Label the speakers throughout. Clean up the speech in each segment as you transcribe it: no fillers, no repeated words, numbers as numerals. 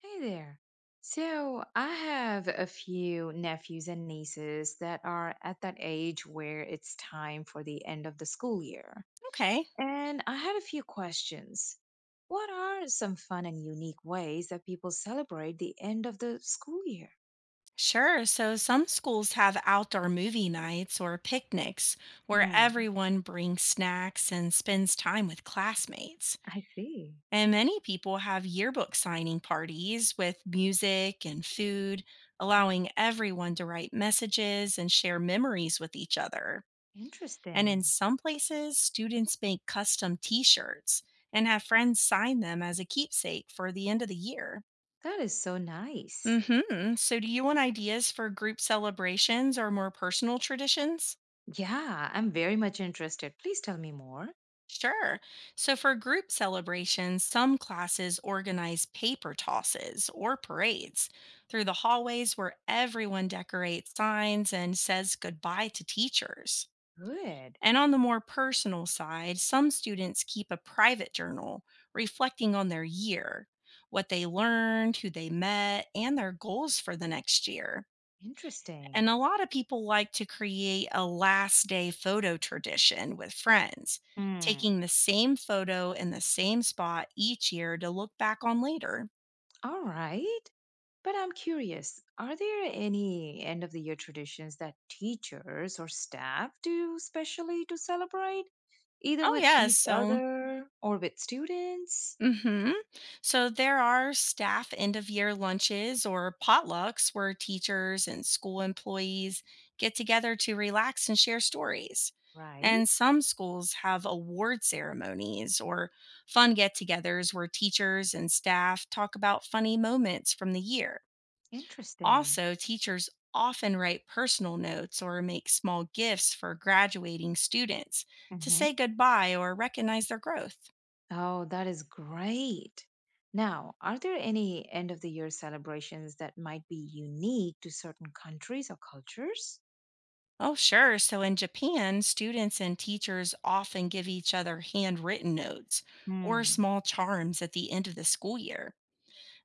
Speaker 1: Hey there. So, I have a few nephews and nieces that are at that age where it's time for the end of the school year.
Speaker 2: Okay,
Speaker 1: And I had a few questions. What are some fun and unique ways that people celebrate the end of the school year?
Speaker 2: sure. So some schools have outdoor movie nights or picnics where
Speaker 1: Hmm,
Speaker 2: everyone brings snacks and spends time with classmates.
Speaker 1: I see.
Speaker 2: And many people have yearbook signing parties with music and food, allowing everyone to write messages and share memories with each other. And in
Speaker 1: Interesting.
Speaker 2: some places, students make custom t shirts and have friends sign them as a keepsake for the end of the year.
Speaker 1: That is so nice.
Speaker 2: Mhm. So, do you want ideas for group celebrations or more personal traditions?
Speaker 1: Yeah, I'm very much interested. Please tell me more.
Speaker 2: Sure. So, for group celebrations, some classes organize paper tosses or parades through the hallways where everyone decorates signs and says goodbye to teachers.
Speaker 1: Good.
Speaker 2: And on the more personal side, some students keep a private journal reflecting on their year, what they learned, who they met, and their goals for the next year. And
Speaker 1: Interesting.
Speaker 2: a lot of people like to create a last day photo tradition with friends,
Speaker 1: Hmm.
Speaker 2: taking the same photo in the same spot each year to look back on later.
Speaker 1: All right. But I'm curious, are there any end of the year traditions that teachers or staff do specially to celebrate, either
Speaker 2: Oh,
Speaker 1: with
Speaker 2: yes.
Speaker 1: each
Speaker 2: So
Speaker 1: other or with students?
Speaker 2: Mm-hmm. So there are staff end of year lunches or potlucks where teachers and school employees get together to relax and share stories. And
Speaker 1: Right?
Speaker 2: some schools have award ceremonies or fun get togethers where teachers and staff talk about funny moments from the year.
Speaker 1: Interesting.
Speaker 2: Also, teachers often write personal notes or make small gifts for graduating students to
Speaker 1: Hmm.
Speaker 2: say goodbye or recognize their growth.
Speaker 1: Oh, that is great. Now, are there any end of the year celebrations that might be unique to certain countries or cultures?
Speaker 2: Oh, sure. So in Japan, students and teachers often give each other handwritten notes or
Speaker 1: Hmm.
Speaker 2: small charms at the end of the school year.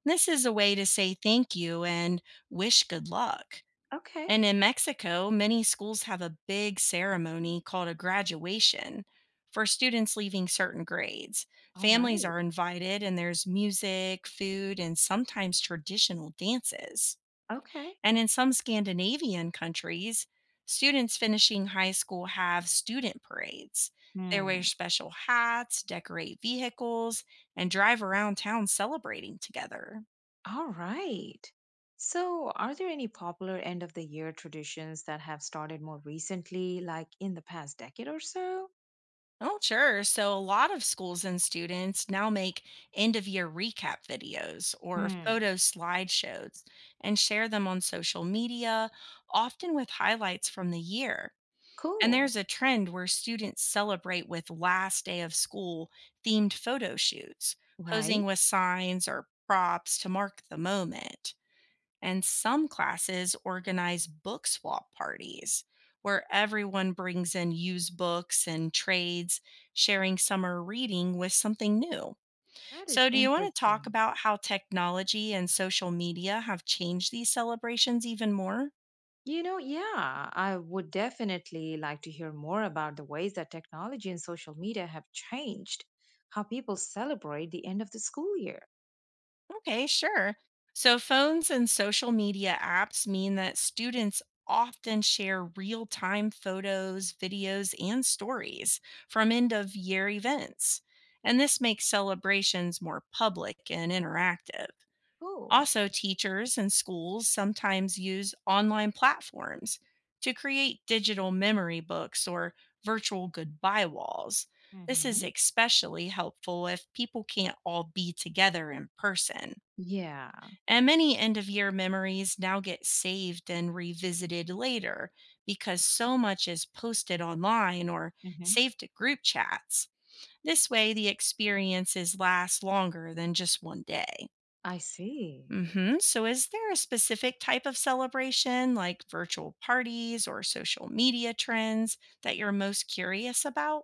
Speaker 2: This is a way to say thank you and wish good luck.
Speaker 1: Okay.
Speaker 2: And in Mexico, many schools have a big ceremony called a graduation for students leaving certain grades.
Speaker 1: All
Speaker 2: Families
Speaker 1: right.
Speaker 2: are invited, and there's music, food, and sometimes traditional dances.
Speaker 1: Okay.
Speaker 2: And in some Scandinavian countries, students finishing high school have student parades. They wear
Speaker 1: Hmm.
Speaker 2: special hats, decorate vehicles, and drive around town celebrating together.
Speaker 1: All right. So, are there any popular end of the year traditions that have started more recently, like in the past decade or so?
Speaker 2: Oh, sure. So, a lot of schools and students now make end of year recap videos or
Speaker 1: Hmm.
Speaker 2: photo slideshows and share them on social media, often with highlights from the year. And
Speaker 1: Cool.
Speaker 2: there's a trend where students celebrate with last day of school themed photo shoots, posing
Speaker 1: Right?
Speaker 2: with signs or props to mark the moment. And some classes organize book swap parties where everyone brings in used books and trades, sharing summer reading with something new.
Speaker 1: That is
Speaker 2: So, do you want to talk
Speaker 1: interesting.
Speaker 2: about how technology and social media have changed these celebrations even more?
Speaker 1: Yeah, I would definitely like to hear more about the ways that technology and social media have changed how people celebrate the end of the school year.
Speaker 2: Okay, sure. So, phones and social media apps mean that students often share real time photos, videos, and stories from end of year events. And this makes celebrations more public and interactive.
Speaker 1: Cool.
Speaker 2: Also, teachers and schools sometimes use online platforms to create digital memory books or virtual goodbye walls. This
Speaker 1: Hmm.
Speaker 2: is especially helpful if people can't all be together in person.
Speaker 1: Yeah.
Speaker 2: And many end of year memories now get saved and revisited later because so much is posted online or
Speaker 1: Hmm.
Speaker 2: saved to group chats. This way, the experiences last longer than just one day.
Speaker 1: I see.
Speaker 2: Hmm. So, is there a specific type of celebration, like virtual parties or social media trends, that you're most curious about?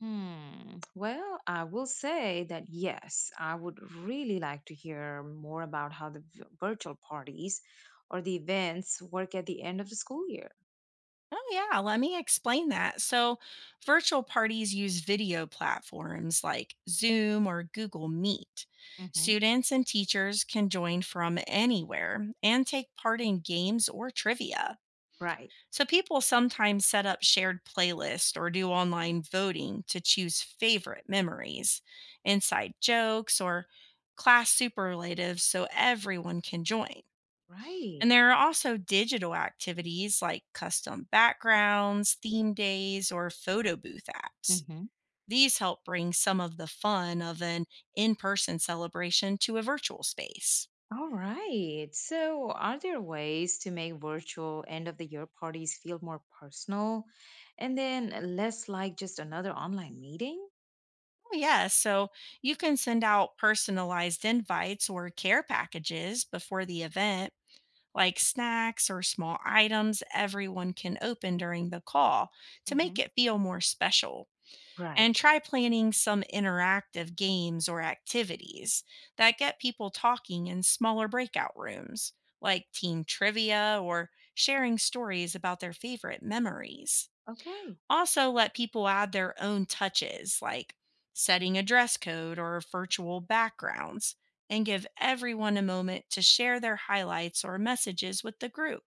Speaker 1: Hmm. Well, I will say that yes, I would really like to hear more about how the virtual parties or the events work at the end of the school year.
Speaker 2: Oh, yeah. Let me explain that. So, virtual parties use video platforms like Zoom or Google Meet.
Speaker 1: Hmm.
Speaker 2: Students and teachers can join from anywhere and take part in games or trivia.
Speaker 1: Right,
Speaker 2: So, people sometimes set up shared playlists or do online voting to choose favorite memories, inside jokes, or class superlatives so everyone can join. And
Speaker 1: right.
Speaker 2: there are also digital activities like custom backgrounds, theme days, or photo booth apps.
Speaker 1: Hmm.
Speaker 2: These help bring some of the fun of an in person celebration to a virtual space.
Speaker 1: All right. So, are there ways to make virtual end of the year parties feel more personal and then less like just another online meeting?
Speaker 2: Oh, yeah, so you can send out personalized invites or care packages before the event, like snacks or small items everyone can open during the call to make
Speaker 1: Hmm.
Speaker 2: it feel more special. And
Speaker 1: Right.
Speaker 2: try planning some interactive games or activities that get people talking in smaller breakout rooms, like team trivia or sharing stories about their favorite memories.
Speaker 1: Okay.
Speaker 2: Also, let people add their own touches, like setting a dress code or virtual backgrounds, and give everyone a moment to share their highlights or messages with the group.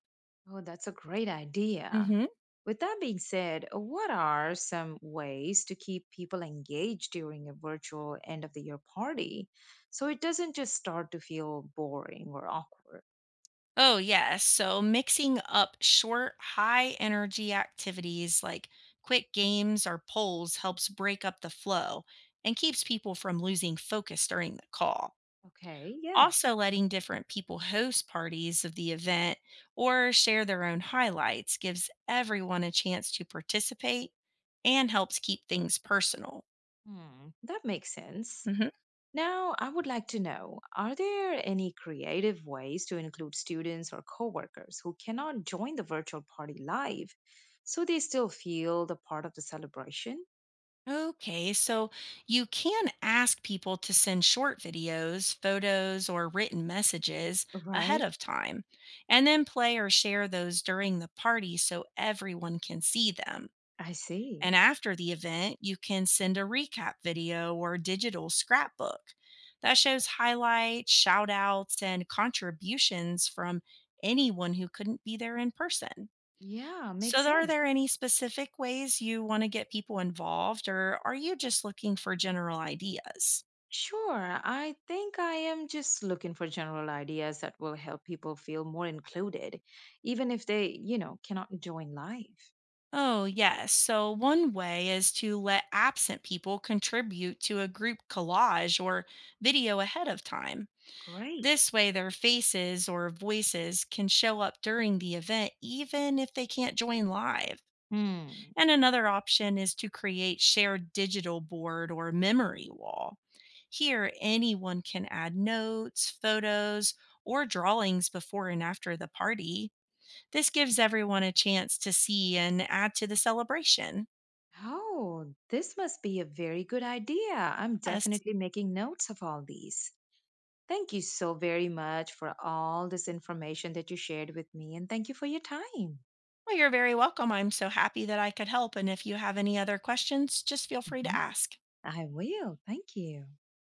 Speaker 1: Oh, that's a great idea.
Speaker 2: Hmm
Speaker 1: With that being said, what are some ways to keep people engaged during a virtual end of the year party so it doesn't just start to feel boring or awkward?
Speaker 2: Oh, yes. So mixing up short, high energy activities like quick games or polls helps break up the flow and keeps people from losing focus during the call.
Speaker 1: Okay, yeah.
Speaker 2: Also, letting different people host parties of the event or share their own highlights gives everyone a chance to participate and helps keep things personal.
Speaker 1: Hmm, that makes sense.
Speaker 2: Mm-hmm.
Speaker 1: Now, I would like to know, are there any creative ways to include students or coworkers who cannot join the virtual party live so they still feel the part of the celebration?
Speaker 2: Okay, so you can ask people to send short videos, photos, or written messages ahead
Speaker 1: Right,
Speaker 2: of time, and then play or share those during the party so everyone can see them.
Speaker 1: I see.
Speaker 2: And after the event, you can send a recap video or digital scrapbook that shows highlights, shout outs, and contributions from anyone who couldn't be there in person.
Speaker 1: Yeah, makes
Speaker 2: So, are there
Speaker 1: sense.
Speaker 2: any specific ways you want to get people involved, or are you just looking for general ideas?
Speaker 1: Sure. I think I am just looking for general ideas that will help people feel more included, even if they cannot join live.
Speaker 2: Oh, yes. So, one way is to let absent people contribute to a group collage or video ahead of time.
Speaker 1: Great.
Speaker 2: This way, their faces or voices can show up during the event, even if they can't join live.
Speaker 1: Hmm.
Speaker 2: And another option is to create shared digital board or memory wall. Here, anyone can add notes, photos, or drawings before and after the party. This gives everyone a chance to see and add to the celebration.
Speaker 1: Oh, this must be a very good idea. I'm
Speaker 2: Yes.
Speaker 1: definitely making notes of all these. Thank you so very much for all this information that you shared with me, and thank you for your time.
Speaker 2: Well, you're very welcome. I'm so happy that I could help. And if you have any other questions, just feel free to
Speaker 1: Mhm.
Speaker 2: ask.
Speaker 1: I will. Thank you.